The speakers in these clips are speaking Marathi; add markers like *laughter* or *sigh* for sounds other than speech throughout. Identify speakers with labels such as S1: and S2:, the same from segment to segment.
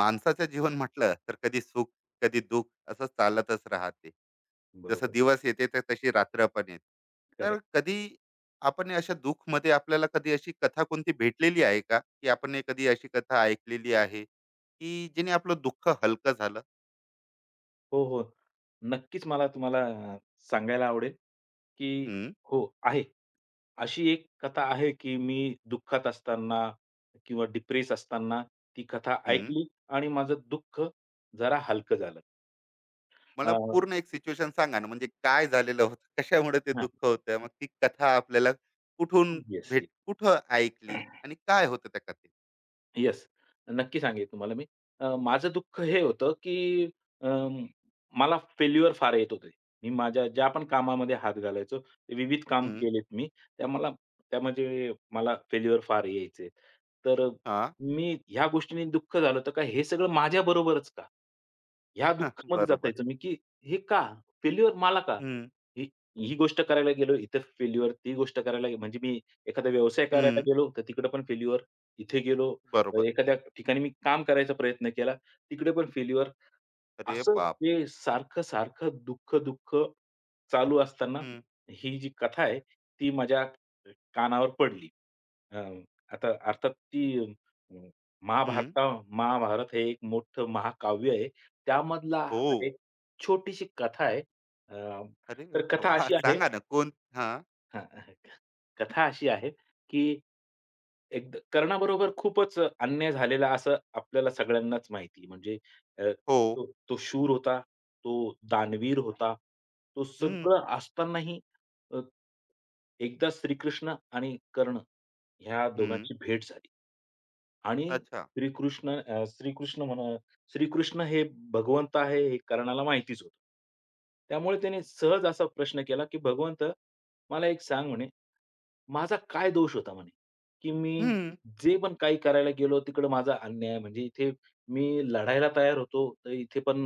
S1: माणसाचं जीवन म्हटलं तर कधी सुख कधी दुःख असं चालतच राहते. जसं
S2: बरोबर.
S1: दिवस येते तर तशी रात्र पण येते. तर
S2: करेक्ट.
S1: कधी आपण हे अशा दुःख मध्ये आपल्याला कधी अशी कथा कोणती भेटलेली आहे का, की आपण हे कधी अशी कथा ऐकलेली आहे की जिने आपलं दुःख हलकं झालं?
S2: हो, हो. नक्कीच मला तुम्हाला अ, सांगायला आवडेल, की
S1: हम्म.
S2: हो आहे. अशी एक कथा आहे, की मी दुःखात असताना किंवा डिप्रेस असताना ती कथा
S1: हम्म.
S2: ऐकली आणि माझं दुःख जरा हलकं झालं.
S1: मला
S2: अ,
S1: पूर्ण एक सिच्युएशन सांगा ना, म्हणजे काय झालेलं होतं *laughs* कशामुळे ते
S2: हां.
S1: दुःख होतं, मग ती कथा आपल्याला कुठून
S2: येस, येस.
S1: कुठं ऐकली आणि काय होतं त्या कथेत?
S2: येस. नक्की सांगेन तुम्हाला मी. माझं दुःख हे होतं, की अ, मला फेल्युअर फार येत होते. मी माझ्या ज्या पण कामामध्ये हात घालायचो, ते विविध काम
S1: हम्म.
S2: केलेत मी. त्या मला त्यामध्ये मला फेल्युअर फार यायचे. तर
S1: हा.
S2: मी ह्या गोष्टीने दुःख झालं होतं, का हे सगळं माझ्याबरोबरच का? ह्या
S1: *laughs*
S2: दुःखामध्येच
S1: बरोबर.
S2: असायचो मी, की हे का? फेल्युअर मला का?
S1: हम्म.
S2: ही ही गोष्ट करायला गेलो, इथे फेल्युअर. ती गोष्ट करायला गे- म्हणजे मी एखादा व्यवसाय करायला
S1: हम्म.
S2: गेलो, तर तिकडे पण फेल्युअर. इथे गेलो
S1: बरोबर.
S2: एखाद्या ठिकाणी मी काम करायचा प्रयत्न केला, तिकडे पण फेल्युअर.
S1: अरे
S2: असं ते
S1: बापरे!
S2: सारखं-सारखं दुःख-दुःख चालू असताना
S1: हं,
S2: ही जी कथा आहे, ती माझ्या कानावर पडली. अ, आता अर्थात ती अ,
S1: हं.
S2: महाभारता महाभारत हे एक मोठं महाकाव्य आहे. त्यामधला
S1: हो.
S2: हा एक छोटीशी कथा आहे. अ,
S1: अरे
S2: तर कथा
S1: वाह!
S2: अशी आहे
S1: सांगा ना, कोण? हां.
S2: हां, कथा अशी आहे, की एकदा कर्णाबरोबर खूपच अन्याय झालेला असं आपल्याला सगळ्यांनाच माहिती म्हणजे अ,
S1: हो.
S2: तो तो शूर होता, तो दानवीर होता. तो
S1: हं,
S2: सगळं असतानाही अ, एकदा श्रीकृष्ण आणि कर्ण ह्या
S1: हं.
S2: दोघांची भेट झाली आणि
S1: अच्छा.
S2: श्रीकृष्ण म्हणा श्रीकृष्ण हे भगवंत आहे हे कर्णाला माहितीच होतं. त्यामुळे त्याने सहज असा प्रश्न केला, की "भगवंत मला एक सांग" म्हणे माझा काय दोष होता म्हणे, की मी
S1: हं.
S2: जे पण काही करायला गेलो तिकडं माझा अन्याय म्हणजे इथे मी लढायला तयार होतो, तर इथे पण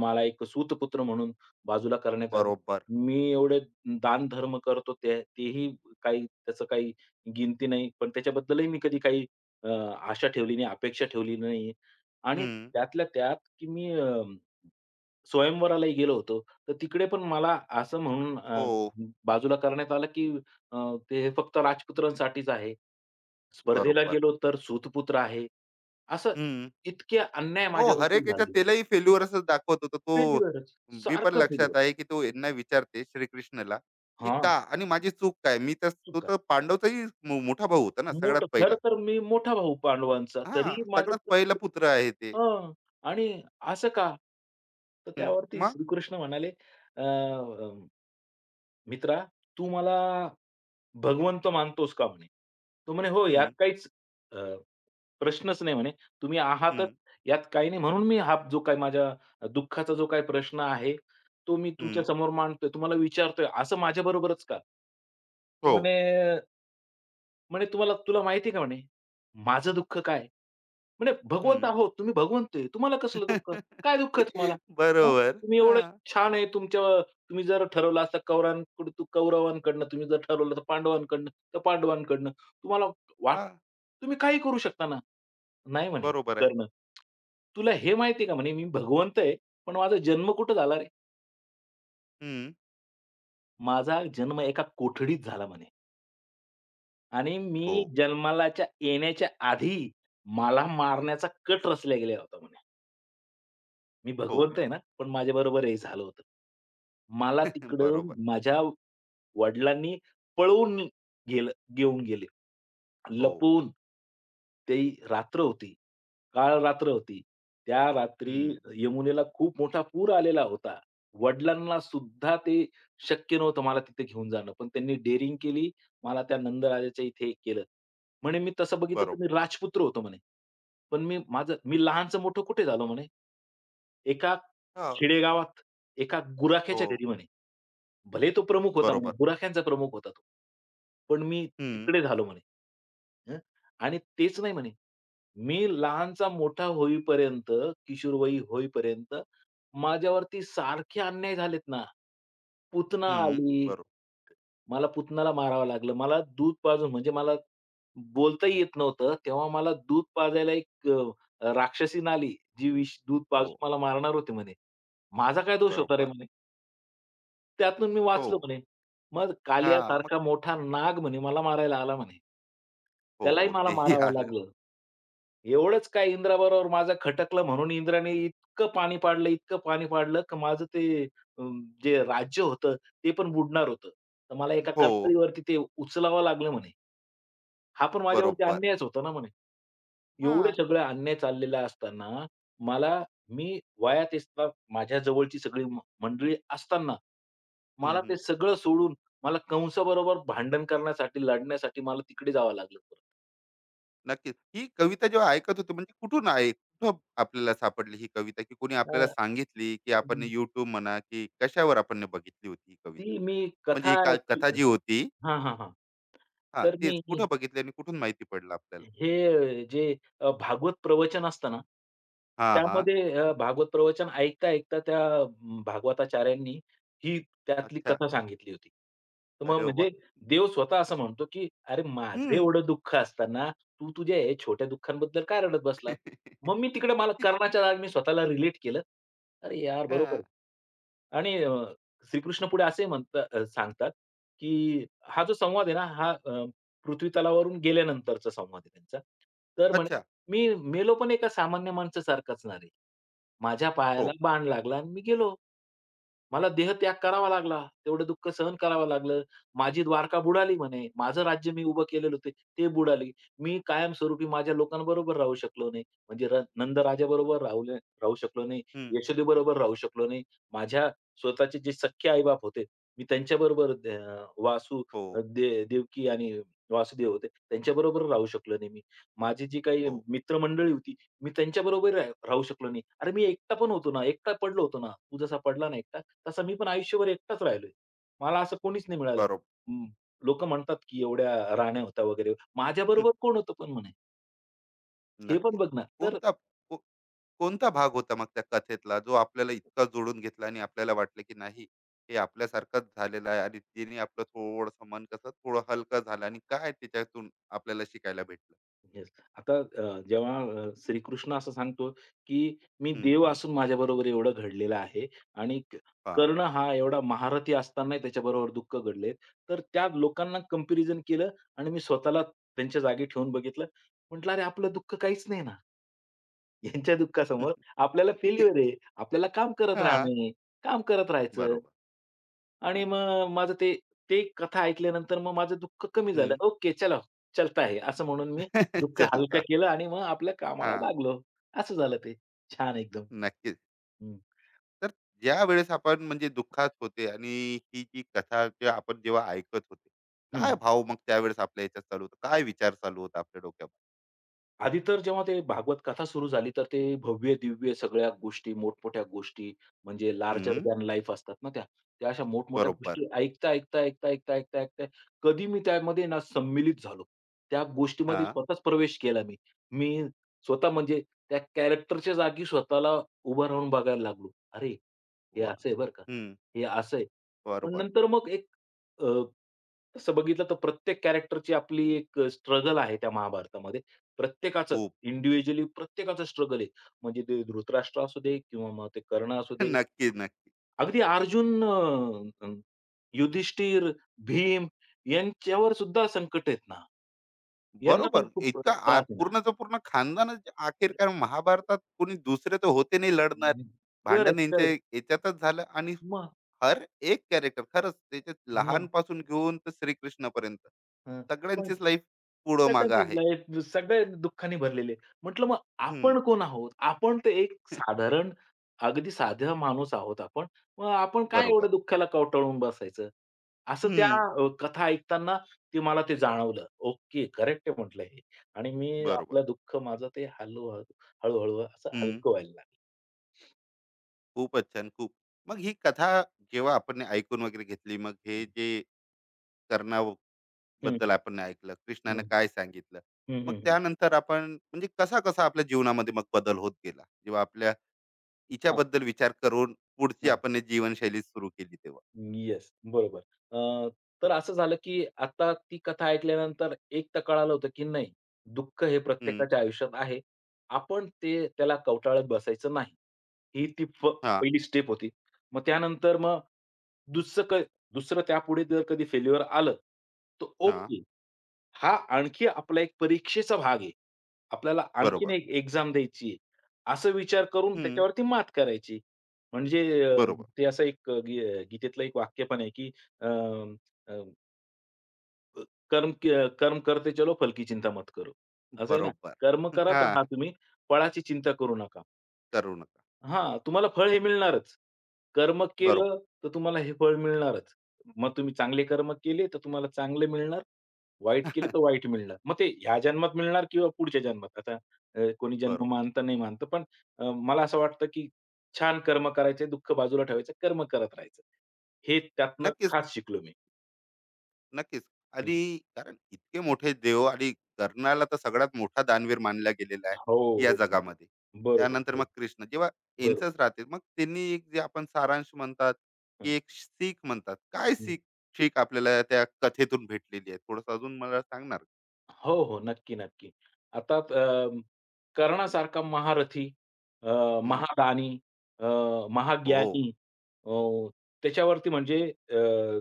S2: मला एक सूतपुत्र म्हणून बाजूला करण्यात आलं.
S1: बरोबर.
S2: मी एवढे दान धर्म करतो ते तेही काही त्याचं काही किमती नाही. पण त्याच्याबद्दलही मी कधी काही आशा ठेवली नाही, अपेक्षा ठेवली नाही आणि
S1: हं.
S2: त्यातल्या त्यात की मी अ स्वयंवरालाही गेलो होतो. तर तिकडे पण मला असं म्हणून
S1: हो,
S2: बाजूला करण्यात आलं, की ते हे फक्त राजपुत्रांसाठीच आहे. स्पर्धेला
S1: बरोबर.
S2: गेलो तर सूतपुत्र आहे. असं
S1: हं.
S2: इतके अन्याय
S1: हो, हर
S2: माझ्यावरती
S1: एक याच्यात
S2: झालेले.
S1: त्यालाही फेल्युअरच दाखवत होता तो.
S2: फेल्युअरच,
S1: मी पण
S2: सारखं फेल्युअर.
S1: लक्षात आहे, की तो यांना विचारते श्रीकृष्णाला, की "का?
S2: हां,
S1: आणि माझी चूक काय?" मी तर तो
S2: चूक आहे.
S1: तर पांडवचाही मोठा भाऊ होता ना, सगळ्यात
S2: मोठं खरं
S1: पहिला.
S2: तर मी मोठा भाऊ पांडवांचा,
S1: हां,
S2: तरीही
S1: सगळ्यात पहिला
S2: माझ्यावरती
S1: पुत्र आहे ते.
S2: हां. आणि असं का? तर
S1: हं.
S2: त्यावरती
S1: मग?
S2: श्रीकृष्ण म्हणाले, "अ, अ, मित्रा तू मला भगवंत मानतोस का म्हणे. तो म्हणे, "हो, यात
S1: हं,
S2: काहीच अ, प्रश्नच नाही" म्हणे. "तुम्ही
S1: हं,
S2: आहातच, यात काही नाही. म्हणून मी हा जो काही माझ्या दुःखाचा जो काही प्रश्न आहे, तो मी तुमच्या
S1: हं,
S2: समोर मांडतोय, तुम्हाला विचारतोय. असं माझ्याबरोबरच का?" तर
S1: हो.
S2: म्हणे, म्हणे, "तुम्हाला तुला माहिती आहे का म्हणे, माझं दुःख काय? म्हणजे भगवंत आहोत, तुम्ही भगवंत आहे. तुम्हाला कसलं दुःख? काय दुःख आहे तुम्हाला?
S1: *laughs*
S2: हं,
S1: बरोबर.
S2: तुम्ही एवढे
S1: हां,
S2: छान आहे तुमच्या तुम्ही जर ठरवलं असतं कौरांकडून तू कौरवांकडनं तुम्ही जर ठरवलं तर पांडवांकडनं, तर पांडवांकडनं. तुम्हाला वाट
S1: हां.
S2: तुम्ही काही करू शकता ना. नाही म्हणे
S1: बरोबर आहे.
S2: कर्ण. तुला हे माहिती का म्हणे मी भगवंत आहे, पण माझा जन्म कुठे झाला रे?
S1: हं.
S2: माझा जन्म एका कोठडीत झाला म्हणे आणि
S1: हो,
S2: मी जन्मालाच्या येण्याच्या आधी मला मारण्याचा कट रचल्या गेला होता म्हणे. मी
S1: हो.
S2: भगवंत आहे ना, पण माझ्याबरोबर हे झालं होतं. मला
S1: *laughs*
S2: तिकडं
S1: बरोबर.
S2: माझ्या वडिलांनी पळवून गेलं घेऊन गेले.
S1: हो.
S2: लपून ती रात्र होती. काळ रात्र होती. त्या रात्री
S1: हं.
S2: यमुनेला खूप मोठा पूर आलेला होता. वडिलांना सुद्धा ते शक्य नव्हतं मला तिथे घेऊन जाणं. पण त्यांनी डेअरिंग केली. मला त्या नंदराजाच्या इथे केलं. म्हणे मी तसं बघितलं तर
S1: बरोबर.
S2: मी राजपुत्र होतो म्हणे. पण मी लहानचं मोठं कुठे झालो म्हणे? एका
S1: हां.
S2: खेडेगावात, एका गुराख्याच्या
S1: हो.
S2: घरी म्हणे. भले तो प्रमुख होता म्हणे,
S1: बरोबर.
S2: बुराख्यांचा प्रमुख होता तो. पण मी
S1: हं,
S2: तिकडे झालो म्हणे. हं. आणि तेच नाही म्हणे, मी लहानचा मोठा होईपर्यंत, किशोरवयी होईपर्यंत माझ्यावरती सारखे अन्याय झालेत ना. पुतना
S1: हं.
S2: आली, मला पुतणाला मारावं लागलं. मला दूध पाजून म्हणजे मला बोलताही येत नव्हतं. तेव्हा मला दूध पाजायला एक राक्षसीन आली, जी विष दूध पाजून
S1: हो.
S2: मला मारणार होती म्हणे. माझा काय दोष होता रे
S1: बरोबर.
S2: त्यातून मी
S1: हो.
S2: वाचलो म्हणे. मग
S1: हां, मग
S2: कालियासारखा मोठा नाग म्हणे मला मारायला आला म्हणे. त्यालाही
S1: हो,
S2: मला
S1: तेही
S2: मारावं
S1: आलं.
S2: लागलं. एवढंच काय इंद्राबरोबर माझं खटकलं म्हणून इंद्राने इतकं पाणी पाडलं, इतकं पाणी पाडलं, की माझं ते अ, जे राज्य होतं ते पण बुडणार होतं. तर मला एका
S1: हो,
S2: कर्दळीवरती ते उचलावं लागलं म्हणे. हा पण माझ्यावरती
S1: बरोबर.
S2: अन्यायच होता ना म्हणे. एवढे
S1: हां.
S2: सगळे अन्याय चाललेला असताना मला मी वयात असता माझ्या जवळची सगळी मंडळी असताना,
S1: हं,
S2: मला ते
S1: हं.
S2: सगळं सोडून मला कंसाबरोबर भांडण करण्यासाठी, लढण्यासाठी मला तिकडे जावं लागलं परत.
S1: नक्कीच. ही कविता जेव्हा ऐकत होतो, म्हणजे कुठून कुठं आपल्याला सापडली ही कविता, की कोणी
S2: हो.
S1: आपल्याला सांगितली, की
S2: तर
S1: आपण YouTube म्हणा, की कशावर आपण ने बघितली होती ही
S2: ती
S1: कविता?
S2: मी
S1: म्हणजे
S2: कथा
S1: ही का कथा
S2: ॲक्चुअली
S1: जी होती?
S2: हां, हां, हां.
S1: हां,
S2: तर
S1: तेच.
S2: मी
S1: कुठं बघितली आणि कुठून माहिती पडलं आपल्याला?
S2: हे जे भागवत प्रवचन असतं ना,
S1: हां, हां.
S2: त्यामध्ये भागवत प्रवचन ऐकता-ऐकता त्या भागवताचार्यांनी ही त्यातली
S1: अच्छा.
S2: कथा सांगितली होती. तर मग
S1: अरे
S2: म्हणजे
S1: वाह!
S2: देव स्वतः असं म्हणतो, की "अरे माझं
S1: हं.
S2: एवढं दुःख असताना तू तुझ्या हे छोट्या दुःखांबद्दल काय रडत बसला?" मग मी तिकडे मला
S1: हां. *laughs*
S2: कर्णाच्या जागी मी स्वतःला रिलेट केलं. अरे यार बरोबर आहे. आणि श्रीकृष्ण पुढे असे म्हणतात सांगतात, की हा जो संवाद आहे ना, हा पृथ्वी तलावावरून गेल्यानंतरचा संवाद आहे त्यांचा. तर म्हणे,
S1: अच्छा.
S2: "मी मेलो पण एका सामान्य माणसासारखाच ना रे. माझ्या पायाला
S1: हो.
S2: बाण लागला आणि मी गेलो. मला देहत्याग करावा लागला. तेवढं दुःख सहन करावं लागलं. माझी द्वारका बुडाली म्हणे. माझं राज्य मी उभं केलेलं होतं ते बुडाली. मी कायमस्वरूपी माझ्या लोकांबरोबर राहू शकलो नाही. म्हणजे नंदराजाबरोबर राहू राहू शकलो नाही.
S1: हं.
S2: यशोदेबरोबर राहू शकलो नाही. माझ्या स्वतःचे जे सख्खे आई होते, मी त्यांच्याबरोबर
S1: हो,
S2: देवकी आणि वासुदेव होते. त्यांच्याबरोबर राहू शकलो नाही मी. माझी जी काही
S1: हो.
S2: मित्रमंडळी होती, मी त्यांच्याबरोबर राहू शकलो नाही. अरे, मी एकटा पण होतो ना, एकटा पडलो होतो ना. तू जसा पडला ना एकटा, तसा मी पण आयुष्यभर एकटाच राहिलोय. मला असं कोणीच नाही मिळालं.
S1: बरोबर.
S2: अं, लोकं म्हणतात, की एवढ्या राण्या होता वगैरे.
S1: हं,
S2: माझ्याबरोबर कोण होतं पण म्हणे? हे पण
S1: नक्कीच.
S2: बघ ना. तर
S1: कोणता को कोणता भाग होता मग त्या कथेतला, जो आपल्याला इतका जोडून घेतला आणि आपल्याला वाटलं, की नाही, हे आपल्यासारखंच झालेलं आहे, आणि तिने आपलं थोडंसं मन कसं थोडं हलकं झालं आणि काय त्याच्यातून आपल्याला शिकायला भेटलं?
S2: येस. आता जेव्हा श्रीकृष्ण असं सांगतो, की "मी
S1: हं.
S2: देव असून माझ्याबरोबर एवढं घडलेलं आहे" आणि
S1: हां.
S2: कर्ण हा एवढा महारथी असतानाही त्याच्याबरोबर दुःख घडले. तर त्या लोकांना कंपॅरिझन केलं आणि मी स्वतःला त्यांच्या जागी ठेवून बघितलं. म्हटलं, "अरे, आपलं दुःख काहीच नाही ना. *laughs* यांच्या दुःखासमोर आपल्याला फेल्युअर आहे. आपल्याला काम करत
S1: हां. *laughs*
S2: राहणं काम करत राहायचं."
S1: बरोबर.
S2: आणि मग माझं ते ते कथा ऐकल्यानंतर मग माझं दुःख कमी झालं.
S1: हं.
S2: ओके चलो, चलता है असं म्हणून मी
S1: *laughs*
S2: दुःख हलकं
S1: चलता.
S2: केलं आणि मग आपल्या कामाला
S1: हां.
S2: लागलो. असं झालं ते. छान एकदम.
S1: नक्कीच.
S2: हं,
S1: तर ज्यावेळेस आपण म्हणजे दुःखात होते आणि ही जी कथा जे आपण जेव्हा ऐकत होते,
S2: हं.
S1: काय भाव मग त्यावेळेस आपल्या ह्याच्यात चालू होता? काय विचार चालू होता आपल्या डोक्यात?
S2: आधी तर जेव्हा ते भागवत कथा सुरू झाली, तर ते भव्य-दिव्य सगळ्या गोष्टी, मोठमोठ्या गोष्टी म्हणजे लार्जर
S1: हं,
S2: दॅन लाईफ असतात ना त्या. त्या अशा मोठमोठ्या
S1: बरोबर.
S2: गोष्टी ऐकता कधी मी त्यामध्ये ना सम्मिलित झालो. त्या गोष्टीमध्ये
S1: हां,
S2: स्वतःच प्रवेश केला मी. मी स्वतः म्हणजे त्या कॅरेक्टरच्या जागी स्वतःला उभं राहून बघायला लागलो. अरे, हे
S1: वा.
S2: असं आहे बरं का,
S1: हं,
S2: हे असं आहे. पण
S1: बरोबर.
S2: नंतर मग एक तसं बघितलं तर प्रत्येक कॅरेक्टरची आपली एक स्ट्रगल आहे त्या महाभारतामध्ये. प्रत्येकाचं
S1: खूप.
S2: इंडिव्हिज्युअली प्रत्येकाचं स्ट्रगल आहे. म्हणजे ते धृतराष्ट्र असू दे किंवा मग ते कर्ण असू
S1: *laughs*
S2: दे.
S1: नक्की, नक्की.
S2: अगदी अर्जुन, अ, अ, युधिष्ठिर, भीम यांच्यावर सुद्धा संकट आहेत ना. यांना पण
S1: बरोबर.
S2: खूप
S1: इतका आ
S2: त्रास आहे ना.
S1: पूर्णचं पूर्ण खानदानच आखिरकार महाभारतात कोणी दुसरे तर होते नाही लढणारे. भांडण
S2: करेक्ट,
S1: यांच्या
S2: करेक्ट.
S1: याच्यातच झालं, आणि हर एक कॅरेक्टर खरंच त्याच्यात
S2: मग.
S1: लहानपासून घेऊन तर श्रीकृष्णापर्यंत
S2: हां. मग
S1: सगळ्यांचीच लाईफ पुढं मागं
S2: सगळ्यांचीच
S1: आहे.
S2: लाईफ सगळे दुःखाने भरलेली आहे. म्हटलं मग
S1: हं.
S2: आपण कोण आहोत? आपण तर एक
S1: *laughs*
S2: साधारण अगदी साधा माणूस आहोत आपण. मग आपण काय
S1: बरोबर.
S2: एवढं दुःखाला कवटाळून बसायचं? असं त्या
S1: हं.
S2: कथा ऐकताना ते मला ते जाणवलं. ओके, करेक्ट आहे म्हटलं हे. आणि मी
S1: बरोबर.
S2: आपलं दुःख माझं ते हळू-हळू, हळू असं
S1: हं.
S2: हलकं व्हायला लागलं.
S1: खूपच छान, खूप. मग ही कथा जेव्हा आपण ऐकून वगैरे घेतली, मग हे जे कर्णाबद्दल
S2: हं,
S1: आपण ऐकलं,
S2: हं,
S1: कृष्णानं काय सांगितलं, मग
S2: हं.
S1: त्यानंतर आपण म्हणजे कसा-कसा आपल्या जीवनामध्ये मग बदल होत गेला? जेव्हा आपल्या
S2: हां,
S1: हिच्याबद्दल विचार करून पुढची
S2: हां.
S1: आपण हे जीवनशैली सुरू केली तेव्हा?
S2: येस, बरोबर. अ, तर असं झालं, की आता ती कथा ऐकल्यानंतर एक तर कळालं होतं, की नाही, दुःख हे
S1: हं.
S2: प्रत्येकाच्या आयुष्यात आहे. आपण ते त्याला कवटाळत बसायचं नाही. ही ती फ
S1: हां,
S2: पहिली स्टेप होती. मग त्यानंतर मग दुसरं क दुसरं त्यापुढे जर कधी फेल्युअर आलं, तर
S1: हां.
S2: ओके. हा आणखी आपला एक परीक्षेचा भाग आहे. आपल्याला आणखीन
S1: बरोबर.
S2: एक एक्झाम द्यायची आहे. असा विचार करून
S1: हं,
S2: त्याच्यावरती मात करायची. म्हणजे
S1: बरोबर,
S2: ते असं एक अ, गी गीतेतलं एक वाक्य पण आहे, की कर्म करते चलो, फल की चिंता मत करो. असं आहे ना.
S1: बरोबर.
S2: कर्म
S1: *laughs*
S2: करत
S1: हां,
S2: राहा तुम्ही, फळाची चिंता करू नका.
S1: करू नका.
S2: हां, तुम्हाला फळ हे मिळणारच. कर्म केलं
S1: बरोबर.
S2: तर तुम्हाला हे फळ मिळणारच. मग तुम्ही चांगले कर्म केले तर तुम्हाला चांगले मिळणार, वाईट केले तर
S1: *laughs*
S2: वाईट मिळणार. मग ते ह्या जन्मात मिळणार किंवा पुढच्या जन्मात. आता कोणी जन्म
S1: बरोबर.
S2: मानतं, नाही मानतं. पण मला असं वाटतं, की छान कर्म करायचे, दुःख बाजूला ठेवायचं, कर्म करत राहायचं. हे त्यातनं
S1: नक्कीच, ना,
S2: खास शिकलो मी.
S1: नक्कीच.
S2: हं.
S1: आणि कारण इतके मोठे देव आणि कर्णाला तर सगळ्यात मोठा दानवीर मानला गेलेला
S2: हो,
S1: आहे या
S2: हो.
S1: जगामध्ये.
S2: बरोबर,
S1: त्यानंतर मग कृष्ण जेव्हा यांचंच
S2: बरोबर.
S1: राहते, मग त्यांनी एक जे आपण सारांश म्हणतात, की एक सीख म्हणतात. काय
S2: हं.
S1: सीख शीख आपल्याला त्या कथेतून भेटलेली आहे? थोडंसं अजून मला सांगणार?
S2: हो, हो. नक्की, नक्की. आता कर्णासारखा महारथी, अ,
S1: हं,
S2: महादानी, अ,
S1: हो.
S2: महाज्ञानी अ, त्याच्यावरती म्हणजे अ,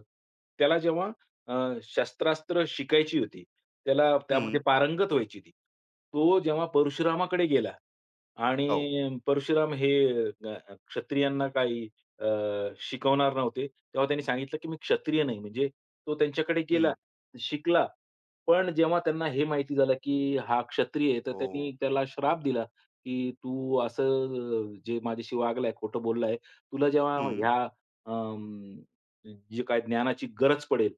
S2: त्याला जेव्हा अ, शस्त्रास्त्र शिकायची होती, त्याला त्यामध्ये
S1: हं,
S2: पारंगत व्हायची ती. तो जेव्हा परशुरामाकडे गेला
S1: हो.
S2: आणि परशुराम हे अ, क्षत्रियांना काही अ, शिकवणार नव्हते. तेव्हा त्यांनी सांगितलं, की "मी क्षत्रिय नाही." म्हणजे तो त्यांच्याकडे गेला,
S1: हं,
S2: शिकला पण जेव्हा त्यांना हे माहिती झालं, की हा क्षत्रिय आहे, तर
S1: हो.
S2: त्यांनी त्याला श्राप दिला, की "तू असं जे माझ्याशी वागलाय, खोटं बोललाय, तुला जेव्हा
S1: हं,
S2: ह्या अं, जे काय ज्ञानाची गरज पडेल,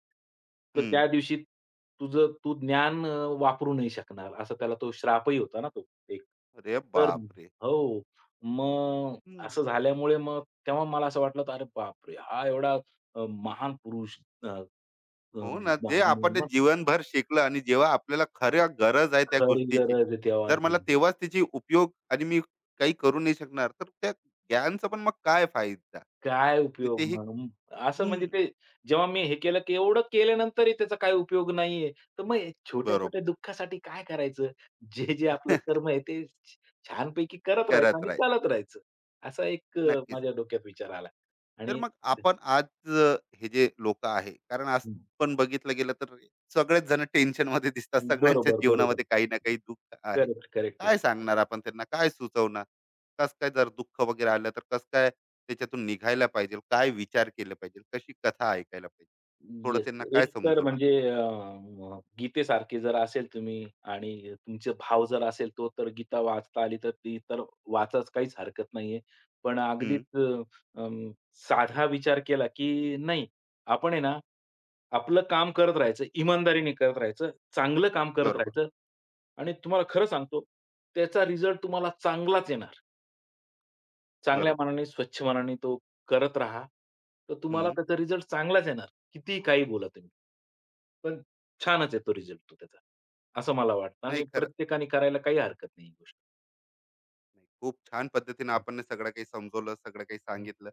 S2: तर
S1: हं.
S2: त्या दिवशी तुझं तू ज्ञान वापरू नाही शकणार." असा त्याला तो श्रापही होता ना तो एक.
S1: अरे
S2: तर
S1: बापरे!
S2: हो. मग असं झाल्यामुळे मग तेव्हा मला असं वाटलं, होतं, "अरे बापरे! हा एवढा महान पुरुष अ, अ,
S1: हो ना, जे आपण ते जीवनभर शिकलं आणि जेव्हा आपल्याला खऱ्या गरज आहे त्या
S2: खरी
S1: गोष्टीची,
S2: गरज आहे तेव्हा
S1: जर मला
S2: नाही.
S1: तेव्हाच त्याची उपयोग आणि मी काही करू नाही शकणार, तर त्या ज्ञानचा पण मग काय फायदा?
S2: काय
S1: आणि
S2: उपयोग
S1: तेही
S2: मग? असं
S1: हं,
S2: म्हणजे ते जेव्हा मी हे केलं, की एवढं केल्यानंतरही त्याचा काही उपयोग नाहीये. तर मग छोट्या-छोट्या
S1: बरोबर.
S2: दुःखासाठी काय करायचं? जे, जे आपलं कर्म
S1: *laughs*
S2: आहे ते छ छानपैकी करत राहायचं
S1: करत
S2: आणि
S1: राहील.
S2: चालत राहायचं. असा एक
S1: नक्कीच.
S2: माझ्या डोक्यात विचार आला
S1: तर
S2: आणि
S1: मग आपण आज हे जे लोक आहे, कारण आज
S2: हं,
S1: पण बघितलं गेलं तर सगळेच जण टेन्शन मध्ये दिसतात, सगळ्यांच्या
S2: बरोबर,
S1: जीवनामध्ये काही ना काही दुःख आहे.
S2: करेक्ट, करेक्ट
S1: काय सांगणार आपण त्यांना, काय सुचवणार, कस काय जर दुःख वगैरे आलं तर कस काय त्याच्यातून निघायला पाहिजे, काय विचार केला पाहिजे, कशी कथा ऐकायला पाहिजे, थोडं
S2: येस.
S1: त्यांना काय
S2: एक तर
S1: समजवणार?
S2: म्हणजे अ, अ, गीतेसारखे जर असेल तुम्ही आणि तुमचे भाव जर असेल तो तर गीता वाचता आली तर ती तर वाचाच काहीच हरकत नाहीये. पण अगदीच
S1: हम्म.
S2: अं, साधा विचार केला की नाही आपण आहे ना आपलं काम करत राहायचं, इमानदारीने करत राहायचं, चांगलं काम करत
S1: बरोबर.
S2: राहायचं आणि तुम्हाला खरं सांगतो त्याचा रिझल्ट तुम्हाला चांगलाच येणार. चांगल्या
S1: बरोबर.
S2: मनाने, स्वच्छ मनाने तो करत राहा. तर तुम्हाला
S1: हम्म.
S2: त्याचा रिझल्ट चांगलाच येणार. कितीही काही बोला तुम्ही. पण छानच येतो रिझल्ट तो त्याचा. असं मला वाटतं आणि
S1: नाही,
S2: प्रत्येकाने करायला काही हरकत नाही ही गोष्ट.
S1: नाही, खूप छान पद्धतीने आपण हे सगळं काही समजवलं, सगळं काही
S2: हं, हं.
S1: सांगितलं,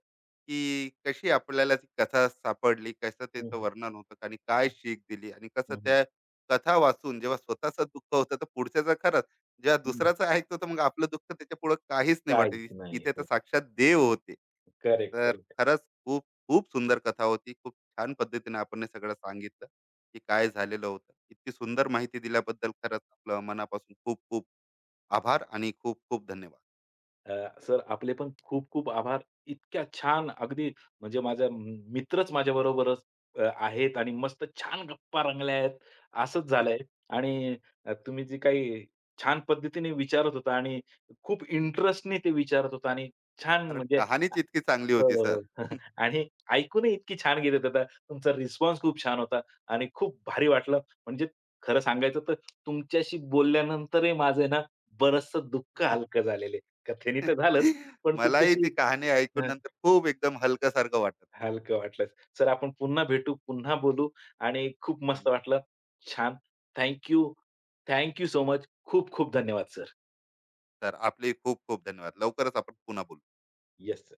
S1: की कशी आपल्याला ती कथा सापडली, कसं
S2: हं,
S1: त्याचं
S2: हं.
S1: वर्णन होतं आणि काय शीख दिली, आणि कसं
S2: हं,
S1: त्या कथा वाचून जेव्हा स्वतःच दुःख होतं तर पुढच्याचं खरंच जेव्हा दुसऱ्याचं ऐकतो तर मग आपलं दुःख त्याच्या पुढे काहीच नाही वाटत.
S2: काहीच नाही.
S1: इथे तर
S2: हो.
S1: साक्षात देव होते,
S2: करेक्ट,
S1: तर
S2: करेक्ट.
S1: खरंच खूप खूप सुंदर कथा होती. खूप छान पद्धतीने आपण हे सगळं सांगितलं, की काय झालेलं होतं, इतकी सुंदर माहिती दिल्याबद्दल खरंच आपलं मनापासून खूप खूप आभार, आणि खूप खूप धन्यवाद,
S2: अ, सर आपले पण खूप-खूप आभार. इतक्या छान अगदी म्हणजे माझा मित्रच माझ्याबरोबरच आहेत आणि मस्त छान गप्पा रंगल्या आहेत. असंच झालंय आणि तुम्ही जे काही छान पद्धतीने विचारत होता आणि खूप इंटरेस्टने ते विचारत होता आणि छान
S1: कारण
S2: म्हणजे
S1: कहाणीच इतकी चांगली
S2: हो,
S1: होती सर.
S2: हो. *laughs* आणि ऐकूनही इतकी छान घेत होता. आता तुमचा रिस्पॉन्स खूप छान होता आणि खूप भारी वाटलं. म्हणजे खरं सांगायचं तर तुमच्याशी बोलल्यानंतरही माझं ना बरचसं दुःख हलकं झालेलं आहे. कथेने तर झालंच,
S1: *laughs*
S2: पण
S1: मलाही
S2: तुमच्याशी
S1: ती कहाणी ऐकून
S2: हं,
S1: नंतर खूप एकदम हलकं सारखं वाटलं.
S2: हलकं वाटलं. सर आपण पुन्हा भेटू, पुन्हा बोलू आणि खूप मस्त वाटलं. छान. Thank you. Thank you so much. खूप खूप धन्यवाद सर.
S1: तर आपले खूप खूप धन्यवाद. लवकरच आपण पुन्हा बोलू.
S2: Yes sir.